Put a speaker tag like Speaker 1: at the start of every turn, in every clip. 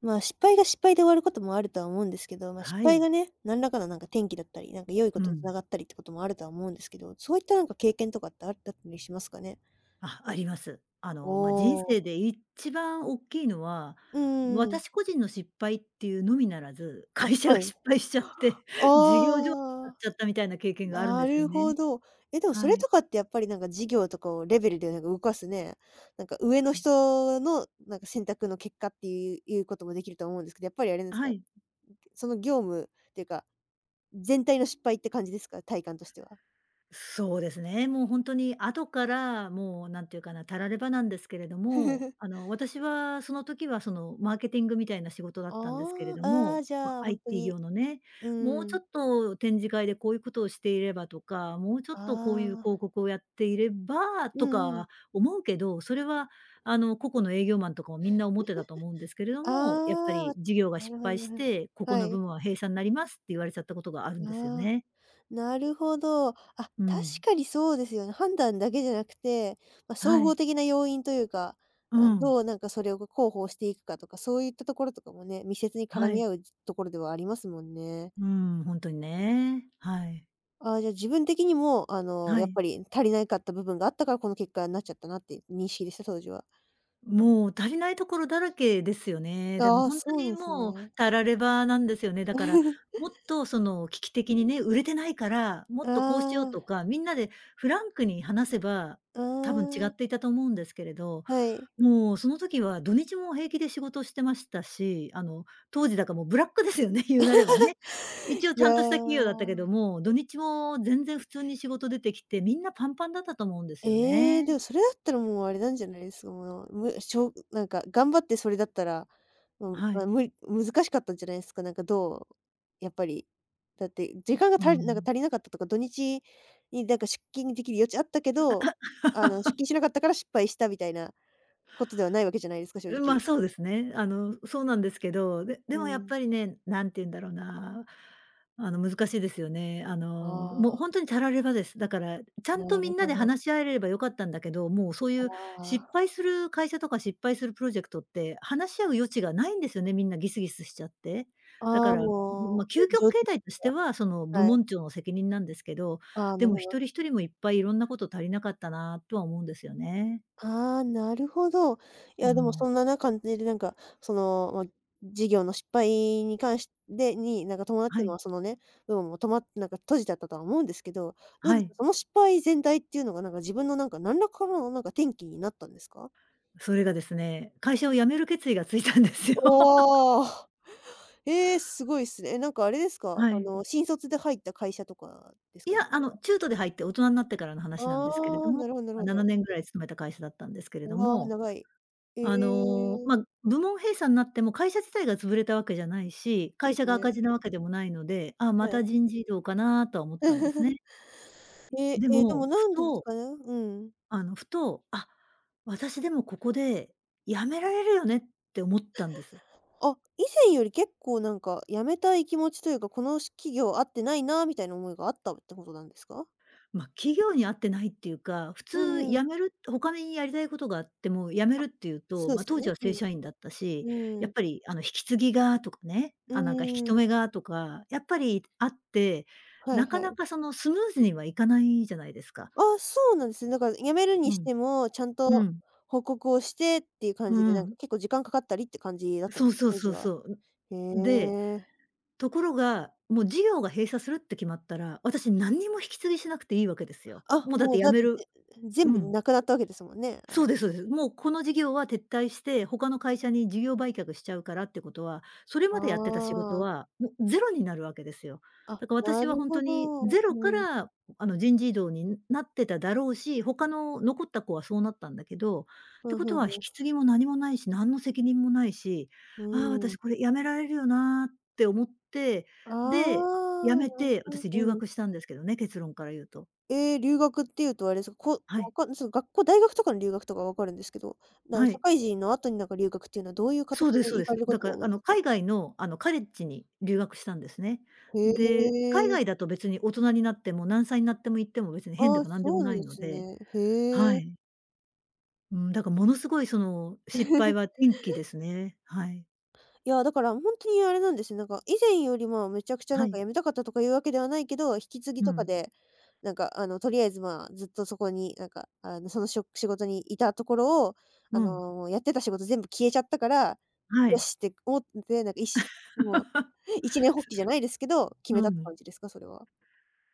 Speaker 1: まあ、失敗が失敗で終わることもあるとは思うんですけど、まあ、失
Speaker 2: は
Speaker 1: 敗
Speaker 2: い。
Speaker 1: がね、何らかのなんか転機だったり、なんか良いこ
Speaker 2: う
Speaker 1: とにつな
Speaker 2: ん。
Speaker 1: がったりってこともあるとは思うんですけど、そういったなんか経験とかってあったりしますかね？
Speaker 2: あ、あります。
Speaker 1: お
Speaker 2: まあ、人
Speaker 1: お。
Speaker 2: 生で一番大きいのは、
Speaker 1: うんうんうん。
Speaker 2: 私個人の失敗っていうのみならず、
Speaker 1: あ、
Speaker 2: 会社
Speaker 1: は
Speaker 2: が
Speaker 1: い。
Speaker 2: 失敗しちゃって、事業上にな
Speaker 1: あ
Speaker 2: っ
Speaker 1: あ、
Speaker 2: ちゃったみたいな経験があるん
Speaker 1: な
Speaker 2: ですよ
Speaker 1: る
Speaker 2: ね。
Speaker 1: ほど。え、でもそ
Speaker 2: は
Speaker 1: れ
Speaker 2: い。
Speaker 1: とかってやっぱりなんか事業とかをレベルでなんか動かすね、なんか上の人のなんか選択の結果っていうこともできると思うんですけど、やっぱりあれなんです
Speaker 2: は
Speaker 1: か、
Speaker 2: い。
Speaker 1: その業務っていうか、全体の失敗って感じですか？体感としては。
Speaker 2: そうですね。もう本当に後から、もうなんていうかな、たらればなんですけれども、私はその時はそのマーケティングみたいな仕事だったんですけれ
Speaker 1: あ
Speaker 2: ど
Speaker 1: あ、あ
Speaker 2: も、
Speaker 1: あ、じ
Speaker 2: ま、
Speaker 1: ゃあ、ほんと
Speaker 2: IT
Speaker 1: に
Speaker 2: 業のね、
Speaker 1: う
Speaker 2: もう
Speaker 1: ー
Speaker 2: ちょ
Speaker 1: ん。
Speaker 2: っと展示会でこういうことをしていればとか、もうちょっとこういう
Speaker 1: ああ、
Speaker 2: 広告をやっていれば
Speaker 1: う
Speaker 2: と
Speaker 1: んうん。
Speaker 2: か思うけど、それは個々の営業マンとかもみんな思ってたと思うんですけれど
Speaker 1: あ
Speaker 2: も、やっぱ
Speaker 1: あ、
Speaker 2: り事業が
Speaker 1: な
Speaker 2: 失
Speaker 1: るほど
Speaker 2: 敗
Speaker 1: な
Speaker 2: し
Speaker 1: るほど。
Speaker 2: て、ここ
Speaker 1: は
Speaker 2: の部
Speaker 1: い。
Speaker 2: 門は閉鎖になりますって言われちゃったことがあるんですよ
Speaker 1: ああ、
Speaker 2: ね。
Speaker 1: なるほど。あ、
Speaker 2: う
Speaker 1: 確
Speaker 2: ん。
Speaker 1: かにそうですよね。判断だけじゃなくて、ま、総
Speaker 2: は
Speaker 1: 合
Speaker 2: い。
Speaker 1: 的な要因というか、あ、
Speaker 2: うん。
Speaker 1: どうなんかそれを広報していくかとか、そういったところとかもね、密接に絡
Speaker 2: は
Speaker 1: み
Speaker 2: い。
Speaker 1: 合うところではありますもんね。
Speaker 2: うん、ほんとにね。はい。
Speaker 1: ああ、じゃあ自分的にも、あの、
Speaker 2: は
Speaker 1: やっ
Speaker 2: い。
Speaker 1: ぱり足りないかった部分があったから、この結果になっちゃったなっていう認識でした？当時は。
Speaker 2: もう足りないところだらけですよね。でも
Speaker 1: ああ、
Speaker 2: ほんと
Speaker 1: そうな
Speaker 2: に
Speaker 1: んす
Speaker 2: もう、
Speaker 1: ね。
Speaker 2: たらればなんですよね。だから、もっとその危機的にね、売れてないから、も
Speaker 1: あ
Speaker 2: っとこうしようと
Speaker 1: あ、
Speaker 2: か、みんなでフランクに話せば、
Speaker 1: あ
Speaker 2: 多分違
Speaker 1: あ、
Speaker 2: っていたと思うんですけれど、
Speaker 1: はい。
Speaker 2: もうその時は土日も平気で仕事してましたし、当時だからもうブラックですよね、言うなればね。
Speaker 1: い
Speaker 2: 一応ちゃ
Speaker 1: や、
Speaker 2: んとした企業だったけども、土日も全然普通に仕事出てきて、みんなパンパンだったと思うんですよ
Speaker 1: ええ、
Speaker 2: ね。
Speaker 1: でもそれだったらもうあれなんじゃないですか、もう、むしょなんか頑張ってそれだったら、もう、
Speaker 2: は
Speaker 1: あ、
Speaker 2: い。
Speaker 1: 難しかったんじゃないすか？なんかどうやっぱり、だって時間が
Speaker 2: う
Speaker 1: なんか
Speaker 2: ん。
Speaker 1: 足りなかったとか、土日になんか出勤できる余地あったけど、あの、出勤しなかったから失敗したみたいなことではないわけじゃないですか、正
Speaker 2: うん、ま、
Speaker 1: 直。
Speaker 2: そうですね。そうなんですけど、で
Speaker 1: う
Speaker 2: でもやっ
Speaker 1: ん。
Speaker 2: ぱりね、何て言うんだろうな、難しいですよね。
Speaker 1: あ
Speaker 2: もう
Speaker 1: あ、
Speaker 2: 本当にたらればです。だから、ちゃんと
Speaker 1: な
Speaker 2: み
Speaker 1: る
Speaker 2: んな
Speaker 1: ほ
Speaker 2: で
Speaker 1: ど。
Speaker 2: 話し合えればよかったんだけど、もうそう
Speaker 1: あ
Speaker 2: いう失敗
Speaker 1: あ。
Speaker 2: する会社とか失敗するプロジェクトって、話し合う余地がないんですよね、みんなギスギスしちゃって。だ
Speaker 1: あ
Speaker 2: か
Speaker 1: あ、
Speaker 2: ら、
Speaker 1: もう、
Speaker 2: まあ、究極
Speaker 1: 炎上中
Speaker 2: 形態として は、その部
Speaker 1: はい。
Speaker 2: 門長の責任なんですけど、
Speaker 1: ああ、
Speaker 2: で
Speaker 1: なる
Speaker 2: も
Speaker 1: ほど。
Speaker 2: 一人一人もいっぱいいろんなこと足りなかったなとは思うんですよね。
Speaker 1: ああ、なるほど。い
Speaker 2: う
Speaker 1: や、でも
Speaker 2: ん。
Speaker 1: そんな中で、なんか、その、まあ、事業の失敗に関してに、なんか伴って
Speaker 2: は
Speaker 1: の
Speaker 2: い。
Speaker 1: は、そのね、部分も止まっなんか閉じちゃったとは思うんですけど、どう
Speaker 2: は
Speaker 1: です
Speaker 2: い。
Speaker 1: か、その失敗全体っていうのが、なんか自分のなんか何らかのなんか転機になったんですか？
Speaker 2: それがですね、会社を辞める決意がついたんですよ。
Speaker 1: おお、すごいっすね。え、なんかあれですか、
Speaker 2: は
Speaker 1: あ
Speaker 2: い。
Speaker 1: の、新卒で入った会社とかです
Speaker 2: い
Speaker 1: かね？
Speaker 2: や、中途で入って大人になってからの話なんですけれ
Speaker 1: あ
Speaker 2: ど
Speaker 1: あ、
Speaker 2: も、
Speaker 1: なるほどなる
Speaker 2: ま、
Speaker 1: ほ
Speaker 2: 7
Speaker 1: ど。
Speaker 2: 年ぐらい勤めた会社だったんですけれ
Speaker 1: う
Speaker 2: ど
Speaker 1: わー、
Speaker 2: も、
Speaker 1: 長い。ええ、
Speaker 2: まあ、部門閉鎖になっても会社自体が潰れたわけじゃないし、
Speaker 1: そう
Speaker 2: 会
Speaker 1: で
Speaker 2: 社
Speaker 1: す
Speaker 2: が赤
Speaker 1: ね。
Speaker 2: 字なわけでもないので、ああ、
Speaker 1: は
Speaker 2: ま
Speaker 1: い。
Speaker 2: た人事異動かなとは思ったんですね。で
Speaker 1: で
Speaker 2: も、
Speaker 1: もな
Speaker 2: ふ
Speaker 1: んでです
Speaker 2: と、
Speaker 1: かね？うん。
Speaker 2: あの、ふと、あ、私でもここで辞められるよねって思ったんです。
Speaker 1: あ、以前より結構なんか辞めたい気持ちというか、この企業合ってないなみたいな思いがあったってことなんですか？
Speaker 2: まあ、企業に合ってないっていうか、普
Speaker 1: う
Speaker 2: 通
Speaker 1: ん
Speaker 2: 辞める他にやりたいことがあっても辞め
Speaker 1: あ、
Speaker 2: るっていうと、
Speaker 1: そうで
Speaker 2: まあ、
Speaker 1: すよ
Speaker 2: 当時
Speaker 1: ね。
Speaker 2: は
Speaker 1: う
Speaker 2: 正
Speaker 1: ん。
Speaker 2: 社員だったし、
Speaker 1: う
Speaker 2: や
Speaker 1: ん。
Speaker 2: っぱり引き継ぎがとかね、
Speaker 1: う
Speaker 2: あ、なんか引き止
Speaker 1: ん。
Speaker 2: めがとか、やっぱりあって、
Speaker 1: はい
Speaker 2: なか
Speaker 1: は
Speaker 2: な
Speaker 1: い。
Speaker 2: かそのスムーズにはいかないじゃないですか。
Speaker 1: あ、そうなんですね。だから辞めるに
Speaker 2: う
Speaker 1: し
Speaker 2: ん。
Speaker 1: ても、ちゃん
Speaker 2: う
Speaker 1: と
Speaker 2: ん。
Speaker 1: 報告をしてっていう感
Speaker 2: う
Speaker 1: じで、なんか
Speaker 2: ん。
Speaker 1: 結構時間かかったりって感じだったん
Speaker 2: そ
Speaker 1: で
Speaker 2: う
Speaker 1: すか？
Speaker 2: そう
Speaker 1: 当時
Speaker 2: そう
Speaker 1: は。
Speaker 2: そう。
Speaker 1: へ
Speaker 2: で、
Speaker 1: え。
Speaker 2: ところが、もう事業が閉鎖するって決まったら、私何にも引き継ぎしなくていいわけですよ。
Speaker 1: あ、
Speaker 2: もうだっ
Speaker 1: も
Speaker 2: て
Speaker 1: うだ
Speaker 2: 辞
Speaker 1: っ
Speaker 2: め
Speaker 1: て
Speaker 2: る。
Speaker 1: 全
Speaker 2: う
Speaker 1: 部
Speaker 2: ん。
Speaker 1: なくなったわけですもんね。あ、
Speaker 2: そうですそうです。もうこの事業は撤退して、他の会社に事業売却しちゃうからってことは、それ
Speaker 1: あ
Speaker 2: までやってた仕事
Speaker 1: あ。
Speaker 2: は、もうゼロになるわけですよ。
Speaker 1: あ、
Speaker 2: だから
Speaker 1: な
Speaker 2: 私は
Speaker 1: る
Speaker 2: 本
Speaker 1: ほ
Speaker 2: 当に
Speaker 1: ど。
Speaker 2: ゼ
Speaker 1: う
Speaker 2: ロか
Speaker 1: ん。
Speaker 2: ら、人事異動になってただろうし、他の残った子はそうなったんだけど、っ
Speaker 1: ふ
Speaker 2: て
Speaker 1: ん
Speaker 2: こ
Speaker 1: ふ
Speaker 2: と
Speaker 1: ん
Speaker 2: は
Speaker 1: ふ
Speaker 2: 引
Speaker 1: ん、
Speaker 2: き継ぎも何もないし、何の責任もないし、
Speaker 1: う
Speaker 2: ああ、
Speaker 1: ー
Speaker 2: 私こ
Speaker 1: ん。
Speaker 2: れ辞められるよなーって思って、
Speaker 1: あ
Speaker 2: で、
Speaker 1: あ、
Speaker 2: 辞め
Speaker 1: なる
Speaker 2: て、私
Speaker 1: ほ
Speaker 2: 留
Speaker 1: ど、うん。
Speaker 2: 学したんですけどね、結論から言うと。
Speaker 1: ええ、留学っていうとあれですか、こ
Speaker 2: は
Speaker 1: わ
Speaker 2: い。
Speaker 1: かんその学校大学とかの留学とかわかるんですけど、
Speaker 2: は
Speaker 1: 社
Speaker 2: い。
Speaker 1: 会人の後になんか留学っていうのはどういう
Speaker 2: そ
Speaker 1: 形
Speaker 2: うです
Speaker 1: で
Speaker 2: そう
Speaker 1: 行
Speaker 2: で
Speaker 1: かれ
Speaker 2: す。
Speaker 1: るこ
Speaker 2: だ
Speaker 1: とが
Speaker 2: から、
Speaker 1: 多いんですか？
Speaker 2: 海外の、カレッジに留学したんですね。
Speaker 1: へ
Speaker 2: で、海外
Speaker 1: え。
Speaker 2: だと別に大人になっても何歳になっても行っても別に変
Speaker 1: あ
Speaker 2: で
Speaker 1: あ、
Speaker 2: も何で
Speaker 1: そ
Speaker 2: も
Speaker 1: うなん
Speaker 2: な
Speaker 1: で
Speaker 2: いの
Speaker 1: す
Speaker 2: で、
Speaker 1: ね。へ
Speaker 2: は
Speaker 1: え。
Speaker 2: い。うん、だからものすごいその失敗は転機ですね。はい。
Speaker 1: いや、だからほんとにあれなんですよ。なんか以前よりもめちゃくちゃな
Speaker 2: は
Speaker 1: んか
Speaker 2: い。
Speaker 1: 辞めたかったとかいうわけではないけど、引き継ぎ
Speaker 2: う
Speaker 1: とか
Speaker 2: ん。
Speaker 1: で、なんかあの、とりあえず、まあ、ずっとそこになんか、あの、その仕事にいたところを、あ
Speaker 2: うん。
Speaker 1: の、やってた仕事全部消えちゃったから、
Speaker 2: は
Speaker 1: よ
Speaker 2: い。
Speaker 1: しって思って、なんかもう、一念発起じゃないですけど、決めた
Speaker 2: う
Speaker 1: って
Speaker 2: ん。
Speaker 1: 感じですか？それは。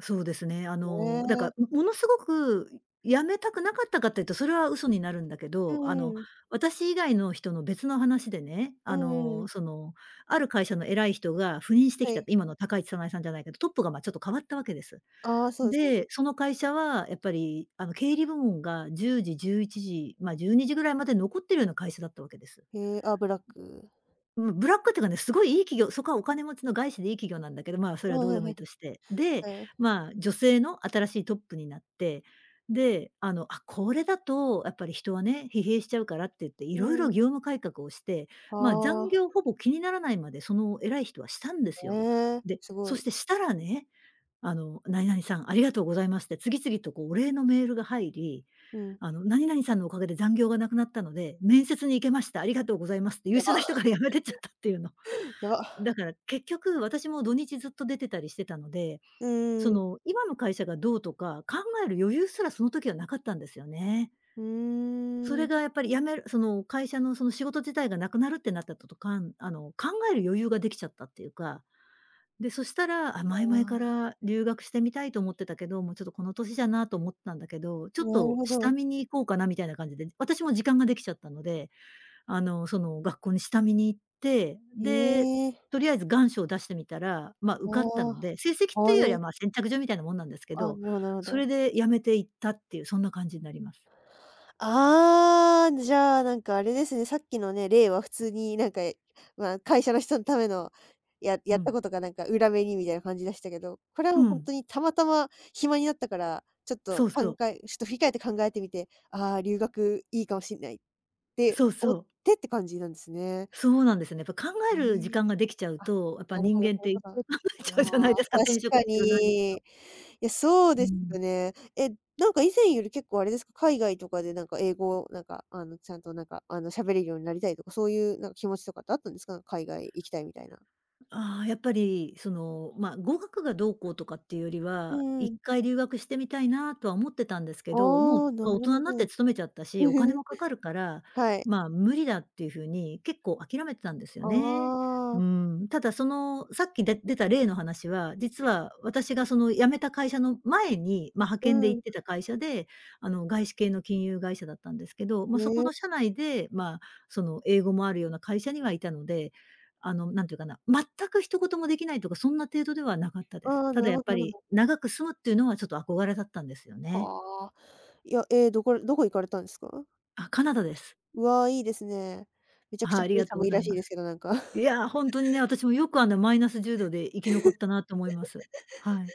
Speaker 2: そうですね。
Speaker 1: ね
Speaker 2: だから、も
Speaker 1: え。
Speaker 2: ものすごく辞めたくなかったかっていうと、それは嘘になるんだけ
Speaker 1: う
Speaker 2: ど、
Speaker 1: んうん。
Speaker 2: 私以外の人の別の話でね、
Speaker 1: うんうん。
Speaker 2: ある会社の偉い人が赴任して
Speaker 1: は
Speaker 2: きたっ
Speaker 1: い。
Speaker 2: て、今の高市早苗さんじゃないけど、トップが、ま、ちょっと変わったわけです。
Speaker 1: ああ、そうですよ
Speaker 2: で、
Speaker 1: ね。
Speaker 2: その会社はやっぱり、経理部門が10時、11時、ま、12時ぐらいまで残ってるような会社だったわけです。
Speaker 1: へえ、あ、ブラック。
Speaker 2: うん、ブラックっていうかね、すごいいい企業、そこはお金持ちの外資でいい企業なんだけど、まあ、それは
Speaker 1: はい
Speaker 2: どう
Speaker 1: は
Speaker 2: で
Speaker 1: い
Speaker 2: も
Speaker 1: は
Speaker 2: いいとして。で、
Speaker 1: い。はい。
Speaker 2: まあ、女性の新しいトップになって、で、あ、これだとやっぱり人はね、疲弊しちゃうからって言って、い
Speaker 1: う
Speaker 2: ろいろ
Speaker 1: ん。
Speaker 2: 業務改革をして、
Speaker 1: あ
Speaker 2: まあ、残
Speaker 1: あ、
Speaker 2: 業ほぼ気にならないまで、その偉い人はしたんです
Speaker 1: へ
Speaker 2: よ。
Speaker 1: え、
Speaker 2: で、
Speaker 1: すご
Speaker 2: そ
Speaker 1: い。
Speaker 2: してしたらね、何々さんありがとうございますって次々とこうお礼のメールが入り、
Speaker 1: うん。
Speaker 2: 何々さんのおかげで残業がなくなったので、面接に行けました。ありがとうございますって優
Speaker 1: や
Speaker 2: 秀
Speaker 1: ば、
Speaker 2: な人から辞めてっちゃったっていうの。
Speaker 1: や ば。
Speaker 2: だから結局私も土日ずっと出てたりしてたので、
Speaker 1: う
Speaker 2: そ
Speaker 1: ーん、
Speaker 2: の今の会社がどうとか考える余裕すらその時はなかったんですよね。
Speaker 1: うー
Speaker 2: それ
Speaker 1: ん。
Speaker 2: がやっぱり辞める、その会社のその仕事自体がなくなるってなったととかん考える余裕ができちゃったっていうか。で、そしたら、あ、
Speaker 1: あ
Speaker 2: 前々か
Speaker 1: あ。
Speaker 2: ら留学してみたいと思ってたけど、もうちょっとこの年じゃなと思ってたんだけど、ちょっ
Speaker 1: なる
Speaker 2: と
Speaker 1: ほど。
Speaker 2: 下見に行こうかなみたいな感じで、私も時間ができちゃったので、その学校に下見に行って、
Speaker 1: へ
Speaker 2: で、
Speaker 1: え。
Speaker 2: とりあえず願書を出してみたら、まあ、受かったの
Speaker 1: あ
Speaker 2: で、成績
Speaker 1: あ、
Speaker 2: と
Speaker 1: は
Speaker 2: いうよりは、
Speaker 1: い。
Speaker 2: まあ、先着順みたいなもんなんですけ
Speaker 1: あ、
Speaker 2: ど、
Speaker 1: なるほどなるほ
Speaker 2: そ
Speaker 1: ど。
Speaker 2: れで辞めていったっていう、そんな感じになります。
Speaker 1: ああ、じゃあ、なんかあれですね、さっきのね、例は普通になんか、まあ、会社の人のための、や
Speaker 2: う
Speaker 1: った
Speaker 2: ん。
Speaker 1: ことがなんか裏目にみたいな感じでしたけど、これはもう
Speaker 2: う
Speaker 1: ほん
Speaker 2: ん。
Speaker 1: とにたまたま暇になったから、ちょっ
Speaker 2: そ
Speaker 1: と
Speaker 2: うそう。
Speaker 1: ちょっと振り返って考えてみて、ああ、留学いいかもしんないって
Speaker 2: そう
Speaker 1: 思っ
Speaker 2: そう。
Speaker 1: てって感じなんですね。
Speaker 2: そうなんですよね。やっぱ考
Speaker 1: へ
Speaker 2: える時
Speaker 1: え。
Speaker 2: 間ができちゃう
Speaker 1: あ、
Speaker 2: と、やっぱ
Speaker 1: なるほ
Speaker 2: 人
Speaker 1: どな
Speaker 2: 間っ
Speaker 1: る
Speaker 2: てい
Speaker 1: ほど。
Speaker 2: ろいろ考
Speaker 1: あ
Speaker 2: えちゃうじゃない
Speaker 1: あ、
Speaker 2: ですか、
Speaker 1: 確
Speaker 2: 転職
Speaker 1: か
Speaker 2: しろ何にし
Speaker 1: に。
Speaker 2: ろ。
Speaker 1: いや、そう
Speaker 2: う
Speaker 1: です
Speaker 2: ん。
Speaker 1: よね。え、なんか以前より結構あれですか、海外とかでなんか英語、なんかあの、ちゃんとなんか、あの、喋れるようになりたいとか、そういうなんか気持ちとかってあったんですか？海外行きたいみたいな。
Speaker 2: ああ、やっぱり、その、まあ、語学がどうこうとかっていうより
Speaker 1: う
Speaker 2: は、
Speaker 1: んう
Speaker 2: 一
Speaker 1: ん。
Speaker 2: 回留学してみたいなとは思ってたんですけど、もう、
Speaker 1: ああ、な
Speaker 2: まあ、大
Speaker 1: る
Speaker 2: 人
Speaker 1: ほ
Speaker 2: になって
Speaker 1: ど。
Speaker 2: 勤めちゃったし、お金もかかるか ら、
Speaker 1: はい。
Speaker 2: まあ、無理だっていうふうに結構諦めてたんですよ
Speaker 1: あ
Speaker 2: ね。
Speaker 1: あ、
Speaker 2: うん。ただその、さっきで出た例の話は、実は私がその辞めた会社の前に、派遣で
Speaker 1: う
Speaker 2: 行っ
Speaker 1: ん。
Speaker 2: てた会社で、外資系の金融会社だったんですけど、そこ
Speaker 1: ね。
Speaker 2: の社内で、その英語もあるような会社にはいたので、なんていうかな、全く一言もできないとか、そんな程度ではなかったです。
Speaker 1: ああ、
Speaker 2: た
Speaker 1: な
Speaker 2: だ
Speaker 1: る
Speaker 2: やっ
Speaker 1: ほど
Speaker 2: ぱ
Speaker 1: なるほ
Speaker 2: り、
Speaker 1: ど。
Speaker 2: 長く住むっていうのはちょっと憧れだったんですよね。
Speaker 1: はあ。いや、どこどこ行かれたんですか？
Speaker 2: あ、カナダです。
Speaker 1: うわあ、いいですね。めちゃくち
Speaker 2: は
Speaker 1: ゃ
Speaker 2: い、あり
Speaker 1: 冬
Speaker 2: がとう
Speaker 1: 寒
Speaker 2: ご
Speaker 1: い
Speaker 2: ざ
Speaker 1: ら
Speaker 2: い
Speaker 1: しい
Speaker 2: ま
Speaker 1: で
Speaker 2: す。
Speaker 1: すけど、なんか。
Speaker 2: いや、ほんとにね、私もよくマイナス10度で生き残ったなと思います。はい。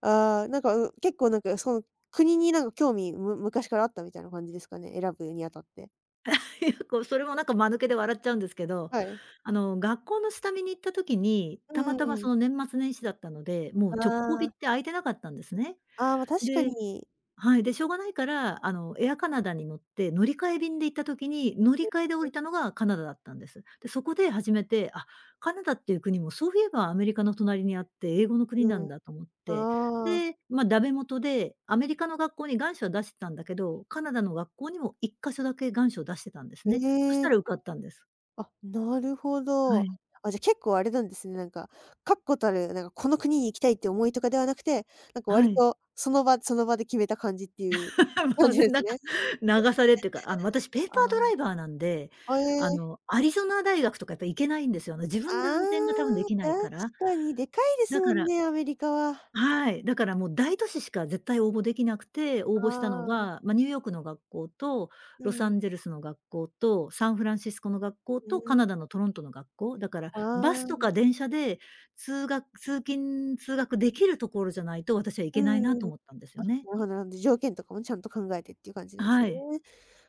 Speaker 1: ああ、なんか、結構なんか、その国になんか興味、昔からあったみたいな感じですかね？選ぶにあたって。
Speaker 2: いや、こう、それもなんか間抜けで笑っちゃうんですけど、
Speaker 1: はい。
Speaker 2: 学校の下見に行った時に、
Speaker 1: う
Speaker 2: た
Speaker 1: ん
Speaker 2: またま
Speaker 1: う
Speaker 2: その
Speaker 1: ん。
Speaker 2: 年末年始だったので、も
Speaker 1: あ
Speaker 2: う直行便っ
Speaker 1: あ、
Speaker 2: て空いてなかったんですね。
Speaker 1: ああ、ま、確か
Speaker 2: で、
Speaker 1: に。
Speaker 2: はい、で、しょうがないから、エアカナダに乗って、乗り換え便で行った時に、乗り換えで降りたのがカナダだったんです。で、そこで初めて、あ、カナダっていう国もそういえばアメリカの隣にあって、英語の国な
Speaker 1: う
Speaker 2: ん
Speaker 1: ん
Speaker 2: だと思って、
Speaker 1: ああ、
Speaker 2: で、ダメ元で、アメリカの学校に願書は出してたんだけど、カナダの学校にも一か所だけ願書を出してたんですね。そし
Speaker 1: え
Speaker 2: たら
Speaker 1: え。
Speaker 2: 受かったんです。
Speaker 1: あ、なるほど。
Speaker 2: はい。
Speaker 1: あ、じゃ、結構あれなんですね、なんか、確固たる、なんかこの国に行きたいって思いとかではなくて、なんか
Speaker 2: は
Speaker 1: 割
Speaker 2: い。
Speaker 1: とその場その場で決めた感じっていう
Speaker 2: ま
Speaker 1: 感
Speaker 2: あ
Speaker 1: じ
Speaker 2: ね、
Speaker 1: です
Speaker 2: なん
Speaker 1: ね。
Speaker 2: か、流されっていうか、私ペーパー
Speaker 1: あ
Speaker 2: ドラ
Speaker 1: あ、
Speaker 2: イバーなんで、
Speaker 1: あ、ええ。
Speaker 2: アリゾナ大学とかやっぱ行けないんですよね。自分で
Speaker 1: ああ、
Speaker 2: 運転が多分できない
Speaker 1: 確
Speaker 2: から。
Speaker 1: かにでかいです
Speaker 2: だ
Speaker 1: も
Speaker 2: か
Speaker 1: ん
Speaker 2: ら
Speaker 1: ね、アメリカは。
Speaker 2: はい、だからもう大都市しか絶対応募できなくて、応
Speaker 1: あ
Speaker 2: 募したのが、
Speaker 1: あ。
Speaker 2: ニューヨークの学校と、
Speaker 1: う
Speaker 2: ロサ
Speaker 1: ん、
Speaker 2: ンゼルスの学校と、サンフランシスコの学校
Speaker 1: う
Speaker 2: と、カ
Speaker 1: ん。
Speaker 2: ナダのトロントの学校。だから、
Speaker 1: あ
Speaker 2: バスと
Speaker 1: あ、
Speaker 2: か電車で通学通勤できるところじゃないと、私は行
Speaker 1: う
Speaker 2: けないな
Speaker 1: ん
Speaker 2: と
Speaker 1: うん。
Speaker 2: 思ったんです
Speaker 1: あ、
Speaker 2: よ
Speaker 1: な
Speaker 2: ね。
Speaker 1: るほどなるほど。条件とかもちゃんと考えてっていう感じなんです
Speaker 2: は
Speaker 1: ね。
Speaker 2: い。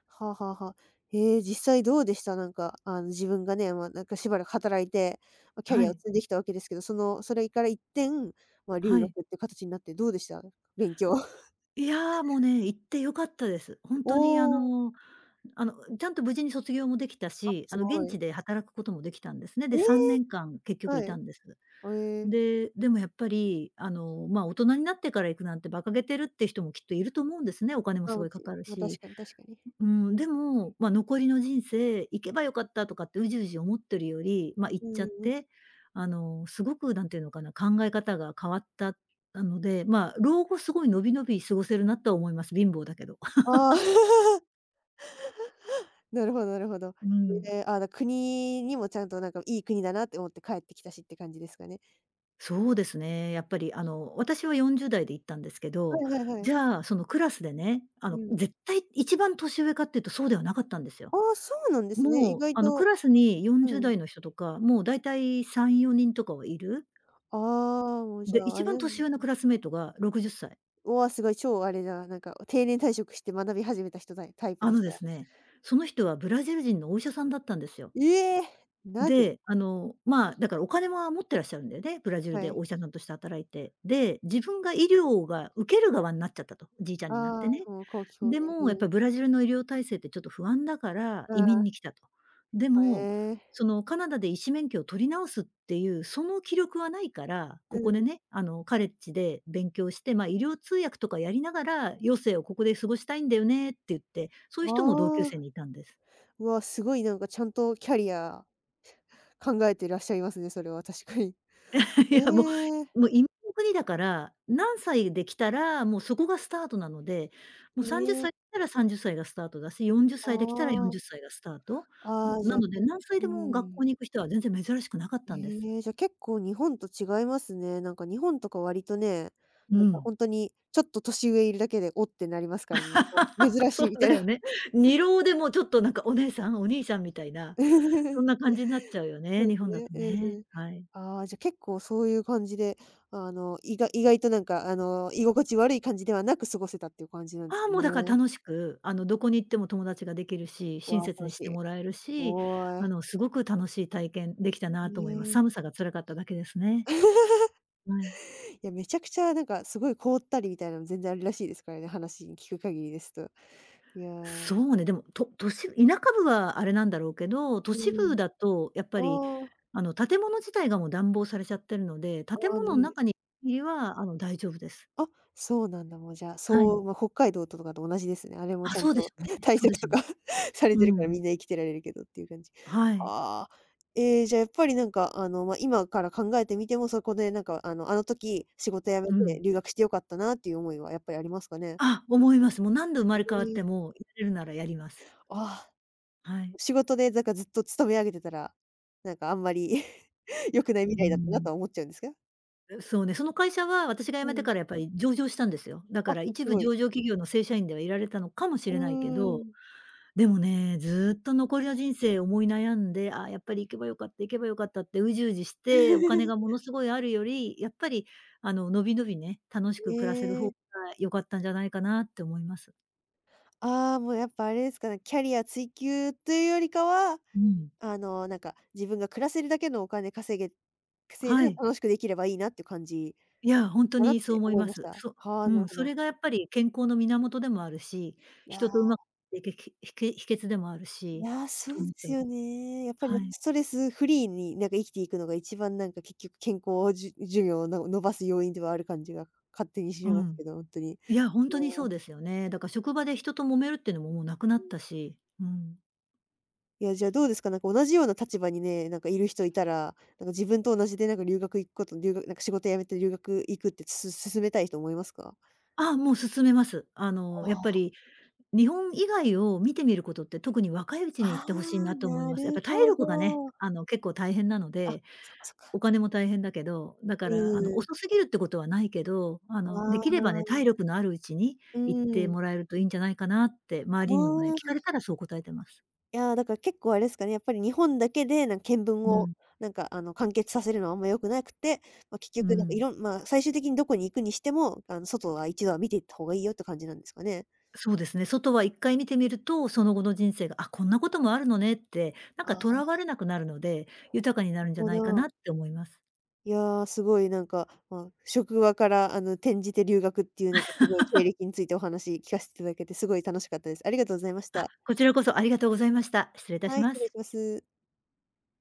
Speaker 1: はあはあはあ。ええ、実際どうでした？なんか、あの、自分がね、ま、なんかしばらく働いて、ま、キャ
Speaker 2: は
Speaker 1: リアを
Speaker 2: い。
Speaker 1: 積んできたわけですけど、その、それから一転、ま、留
Speaker 2: はい。
Speaker 1: 学って形になってどうでした？勉強。
Speaker 2: いやー、もうね、行って良かったです。本当に
Speaker 1: おお、
Speaker 2: あの、ちゃんと無事に卒業もできた
Speaker 1: あ、
Speaker 2: し、
Speaker 1: す
Speaker 2: あの、
Speaker 1: ご
Speaker 2: 現
Speaker 1: い。
Speaker 2: 地で働くこともできたんですね。
Speaker 1: え
Speaker 2: で、3
Speaker 1: え、
Speaker 2: 年間結局
Speaker 1: は
Speaker 2: いた
Speaker 1: い。
Speaker 2: んです。
Speaker 1: あ、ええ。
Speaker 2: で、でもやっぱり、大人になってから行くなんて馬鹿げてるって人もきっといると思うんですね、お金も
Speaker 1: あ、
Speaker 2: すごいかかる
Speaker 1: ま、確
Speaker 2: し。
Speaker 1: かに確かに。
Speaker 2: うん、でも、残りの人生、行けばよかったとかってうじうじ思ってるより、行っ
Speaker 1: う
Speaker 2: ち
Speaker 1: ん
Speaker 2: ゃっ
Speaker 1: うん。
Speaker 2: て、すごくなんていうのかな、考え方が変わったので、老後すごい伸び伸び過ごせるなとは思います。貧乏だけど。
Speaker 1: ああ。なるほどなるほど。
Speaker 2: うん。
Speaker 1: ええ、あ、国にもちゃんとなんかいい国だなって思って帰ってきたしって感じですかね。
Speaker 2: そうですね、やっぱり私は40代で行ったんですけ
Speaker 1: は
Speaker 2: ど、
Speaker 1: いはいはい。
Speaker 2: じゃあ、そのクラスでね、あ
Speaker 1: う
Speaker 2: の、
Speaker 1: ん。
Speaker 2: 絶対一番年上かっていうとそうではなかったんですよ。
Speaker 1: ああ、そうなんですね。意
Speaker 2: もう、
Speaker 1: 外と
Speaker 2: クラスに
Speaker 1: う
Speaker 2: 40
Speaker 1: ん。
Speaker 2: 代の人とか、もう大体3、4人とかはいる。
Speaker 1: ああ、もうじ
Speaker 2: で、
Speaker 1: ゃあ、あ
Speaker 2: 一
Speaker 1: れ
Speaker 2: 番年上のクラスメイトが60歳。
Speaker 1: うわ、すごい超あれだ、なんか定年退職して学び始めた人だタイプ
Speaker 2: あ
Speaker 1: の
Speaker 2: の
Speaker 1: 人
Speaker 2: で
Speaker 1: や。
Speaker 2: すね、その人はブラジル人のお医者さんだったんですよ。
Speaker 1: ええ、なぜ？
Speaker 2: で、だからお金は持ってらっしゃるんだよね、ブラジル
Speaker 1: は
Speaker 2: で
Speaker 1: い。
Speaker 2: お医者さんとして働いて。で、自分が医療が受ける側になっちゃったと、じいちゃんになっ
Speaker 1: ああ、
Speaker 2: てね。
Speaker 1: もう後期高
Speaker 2: で
Speaker 1: 齢、
Speaker 2: も、やっ
Speaker 1: う
Speaker 2: ぱ
Speaker 1: ん。
Speaker 2: りブラジルの医療体制ってちょっと不安だから移
Speaker 1: あ
Speaker 2: 民に来たと。で
Speaker 1: あ、
Speaker 2: も、
Speaker 1: ええ、
Speaker 2: そのカナダで医師免許を取り直すっていう、その気力はないから、
Speaker 1: う
Speaker 2: ここ
Speaker 1: ん。
Speaker 2: でね、カレッジで勉強して、医療通訳とかやりながら、余生をここで過ごしたいんだよねって言って、そうい
Speaker 1: あ
Speaker 2: う人も同級
Speaker 1: あ、
Speaker 2: 生にいたんです。
Speaker 1: うわ、すごいなんかちゃんとキャリア考えていらっしゃいますね、それは確かに。
Speaker 2: いや、
Speaker 1: ええ、
Speaker 2: もう移民の国だから、何歳で来たら、もうそこがスタートなので、もう
Speaker 1: へ
Speaker 2: 30
Speaker 1: え。
Speaker 2: 歳来たら30歳がスタートだし、40
Speaker 1: あ
Speaker 2: 歳で来たら
Speaker 1: あ、
Speaker 2: 40歳がスタート。
Speaker 1: ああ、じゃ
Speaker 2: な
Speaker 1: あ
Speaker 2: ので、何歳
Speaker 1: う
Speaker 2: でも学校
Speaker 1: ん。
Speaker 2: に行く人は全然珍しくなかったんです。
Speaker 1: ええ、じゃ、結構日本と違いますね。なんか日本とか割とね、
Speaker 2: う
Speaker 1: なんか
Speaker 2: ん。
Speaker 1: ほんとにちょっと年上いるだけで「お！」ってなりますからね。あ、珍し
Speaker 2: そ
Speaker 1: い
Speaker 2: う
Speaker 1: みたい
Speaker 2: だ
Speaker 1: な。
Speaker 2: よね。二浪でもちょっとなんかお姉さん、お兄さんみたいな、そんな 感じになっちゃうよ
Speaker 1: そう
Speaker 2: ね、
Speaker 1: で
Speaker 2: 日
Speaker 1: す
Speaker 2: 本だ
Speaker 1: ね。
Speaker 2: と
Speaker 1: うんう
Speaker 2: ね。
Speaker 1: ん。
Speaker 2: はい。
Speaker 1: ああ、じゃ、結構そういう感じで、あの、意外となんかあの、居心地悪い感じではなく過ごせたっていう感じなんです
Speaker 2: ああ、もうだから
Speaker 1: ね。
Speaker 2: 楽しく、どこに行っても友達ができるし、親
Speaker 1: わあ、素晴
Speaker 2: 切
Speaker 1: ら
Speaker 2: に
Speaker 1: し
Speaker 2: して
Speaker 1: い。
Speaker 2: もらえるし、
Speaker 1: おえ。
Speaker 2: すごく楽しい体験できたなと思います。
Speaker 1: ね
Speaker 2: 寒
Speaker 1: え。
Speaker 2: さが辛かっただけですね。はい。
Speaker 1: いや、めちゃくちゃなんかすごい凍ったりみたいなの全然あるらしいですからね、話に聞く限りですと。いや、
Speaker 2: そ
Speaker 1: う
Speaker 2: うね、でも、都市田舎部はあれなんだろうけど、都市部
Speaker 1: ん。
Speaker 2: だとやっぱり、
Speaker 1: ああ、
Speaker 2: 建物自体がもう暖房されちゃってるので、
Speaker 1: あ
Speaker 2: 建
Speaker 1: あ、な
Speaker 2: 物
Speaker 1: る
Speaker 2: の
Speaker 1: ほどね。
Speaker 2: 中にいる限りは、大丈夫です。
Speaker 1: あ、そうなんだ、もうじゃあ、
Speaker 2: はい。
Speaker 1: そう、ま、北海道とかと同じですね。あれも
Speaker 2: あ、
Speaker 1: ちゃん
Speaker 2: そうで
Speaker 1: と
Speaker 2: しょうね。
Speaker 1: 対
Speaker 2: そうで
Speaker 1: 策
Speaker 2: し
Speaker 1: と
Speaker 2: ょうね。
Speaker 1: か されてるか
Speaker 2: う
Speaker 1: ら、
Speaker 2: ん。
Speaker 1: みんな生きてられるけどっていう感じ。
Speaker 2: はい。
Speaker 1: はあ。ええ、じゃあやっぱりなんか、あの、ま、今から考えてみても、そこでなんか、あの、あの時仕事辞め
Speaker 2: う
Speaker 1: て
Speaker 2: ん。
Speaker 1: 留学してよかったなっていう思いはやっぱりありますかね？
Speaker 2: あ、思います。もう何度生ま
Speaker 1: え
Speaker 2: れ変わって
Speaker 1: え、
Speaker 2: も、やれるならやります。
Speaker 1: ああ、
Speaker 2: はい。
Speaker 1: 仕事でなんかずっと勤め上げてたら、なんかあんまり 良くない
Speaker 2: う
Speaker 1: 未来だったな
Speaker 2: ん。
Speaker 1: とは思っちゃうんですか？
Speaker 2: そうね、その会社は私が辞
Speaker 1: う
Speaker 2: めて
Speaker 1: ん。
Speaker 2: からやっぱり上場したんですよ。だか
Speaker 1: あ、
Speaker 2: ら
Speaker 1: す
Speaker 2: 一
Speaker 1: ご
Speaker 2: 部
Speaker 1: い。
Speaker 2: 上場企業の正社員ではいられたのかもし
Speaker 1: うー
Speaker 2: れないけど、
Speaker 1: ん。
Speaker 2: でもね、ずっと残りの人生思い悩んで、ああ、やっぱり行けばよかったってうじうじして、お金がも のすごいあるより、やっぱりのびのびね、楽し
Speaker 1: え
Speaker 2: く暮らせる方が
Speaker 1: え。
Speaker 2: 良かったんじゃないかなって思います。
Speaker 1: ああ、もうやっぱあれですかね、キャリア追求というよりかは、
Speaker 2: うん。
Speaker 1: あの、なんか自分が暮らせるだけのお金稼いで
Speaker 2: はい。
Speaker 1: 楽しくできればいいなっていう感じ
Speaker 2: いや、ほんと
Speaker 1: だなっ
Speaker 2: にそう
Speaker 1: て
Speaker 2: 思い
Speaker 1: 思い
Speaker 2: ま
Speaker 1: まし
Speaker 2: す。
Speaker 1: た。はあ、
Speaker 2: う
Speaker 1: なる
Speaker 2: ん、
Speaker 1: ほ
Speaker 2: そ
Speaker 1: ど。
Speaker 2: れがやっぱり健康の源でもあるし、
Speaker 1: いや
Speaker 2: 人とうまくいくひひけ秘訣でもある
Speaker 1: い
Speaker 2: し、
Speaker 1: や、そ
Speaker 2: と
Speaker 1: う
Speaker 2: 思
Speaker 1: で
Speaker 2: って
Speaker 1: す
Speaker 2: ます。
Speaker 1: よね。やっぱりなん
Speaker 2: は
Speaker 1: か
Speaker 2: い。
Speaker 1: ストレスフリーになんか生きていくのが一番なんか結局健康寿命をの伸ばす要因ではある感じが勝手にし
Speaker 2: う
Speaker 1: ます
Speaker 2: ん。
Speaker 1: けど、本当に。
Speaker 2: いや、ほんとにそうですよね。だから職場で人と揉めるってのももうなくなったし、うん。
Speaker 1: いや、じゃあどうですか？なんか同じような立場にね、なんかいる人いたら、なんか自分と同じでなんか留学行くこと留学なんか仕事辞めて留学行くって、進めたい人思いますか？
Speaker 2: ああ、もう勧めます。あの、
Speaker 1: あ
Speaker 2: やっぱ
Speaker 1: あ、
Speaker 2: り日本以外を見てみることって、特に若いうちに
Speaker 1: あ
Speaker 2: 行って欲しい
Speaker 1: あ、
Speaker 2: なと思い
Speaker 1: な
Speaker 2: ます。やっ
Speaker 1: る
Speaker 2: ぱ体
Speaker 1: ほ
Speaker 2: 力がね、
Speaker 1: ど。
Speaker 2: 結構大変なの
Speaker 1: あ、
Speaker 2: で
Speaker 1: そっかそっか。
Speaker 2: お金も大変だけど、だか
Speaker 1: う
Speaker 2: ら、
Speaker 1: ーん。
Speaker 2: 遅すぎるってことはないけど、
Speaker 1: あ
Speaker 2: できればね、
Speaker 1: あ。
Speaker 2: 体力のあるうちに
Speaker 1: う
Speaker 2: 行って
Speaker 1: ん。
Speaker 2: もらえるといいんじゃないかなって
Speaker 1: あ
Speaker 2: 周りにもね、聞かれ
Speaker 1: あ。
Speaker 2: たらそう答えてます。
Speaker 1: いや、だから結構あれですかね、やっぱり日本だけで、見聞
Speaker 2: う
Speaker 1: を
Speaker 2: ん、
Speaker 1: なんかあの完結させるのはあんま良くなくて、まあ、結
Speaker 2: う
Speaker 1: 局なんかい
Speaker 2: ん。
Speaker 1: ろんまあ、最終的にどこに行くにしても、あの外は一度は見ていった方がいいよって感じなんですかね？
Speaker 2: そうですね、外は一回見てみると、その後の人生が、あ、こんなこともあるのねって、なん
Speaker 1: あ
Speaker 2: か
Speaker 1: あ、
Speaker 2: と
Speaker 1: な
Speaker 2: らわれなくなるので、豊かにな
Speaker 1: る
Speaker 2: るんじゃ
Speaker 1: ほ
Speaker 2: ないかな
Speaker 1: ど。
Speaker 2: って思います。
Speaker 1: いやー、すごいなんか、まあ、職場からあの、転じて留学っていうなんかすごい経歴についてお話聞かせていただけてすごい楽しかったです。ありがとうございまし
Speaker 2: あ、
Speaker 1: た。
Speaker 2: こちらこそありがとうございました。失礼いた
Speaker 1: は
Speaker 2: し
Speaker 1: い、
Speaker 2: ま
Speaker 1: 失礼
Speaker 2: す。
Speaker 1: します。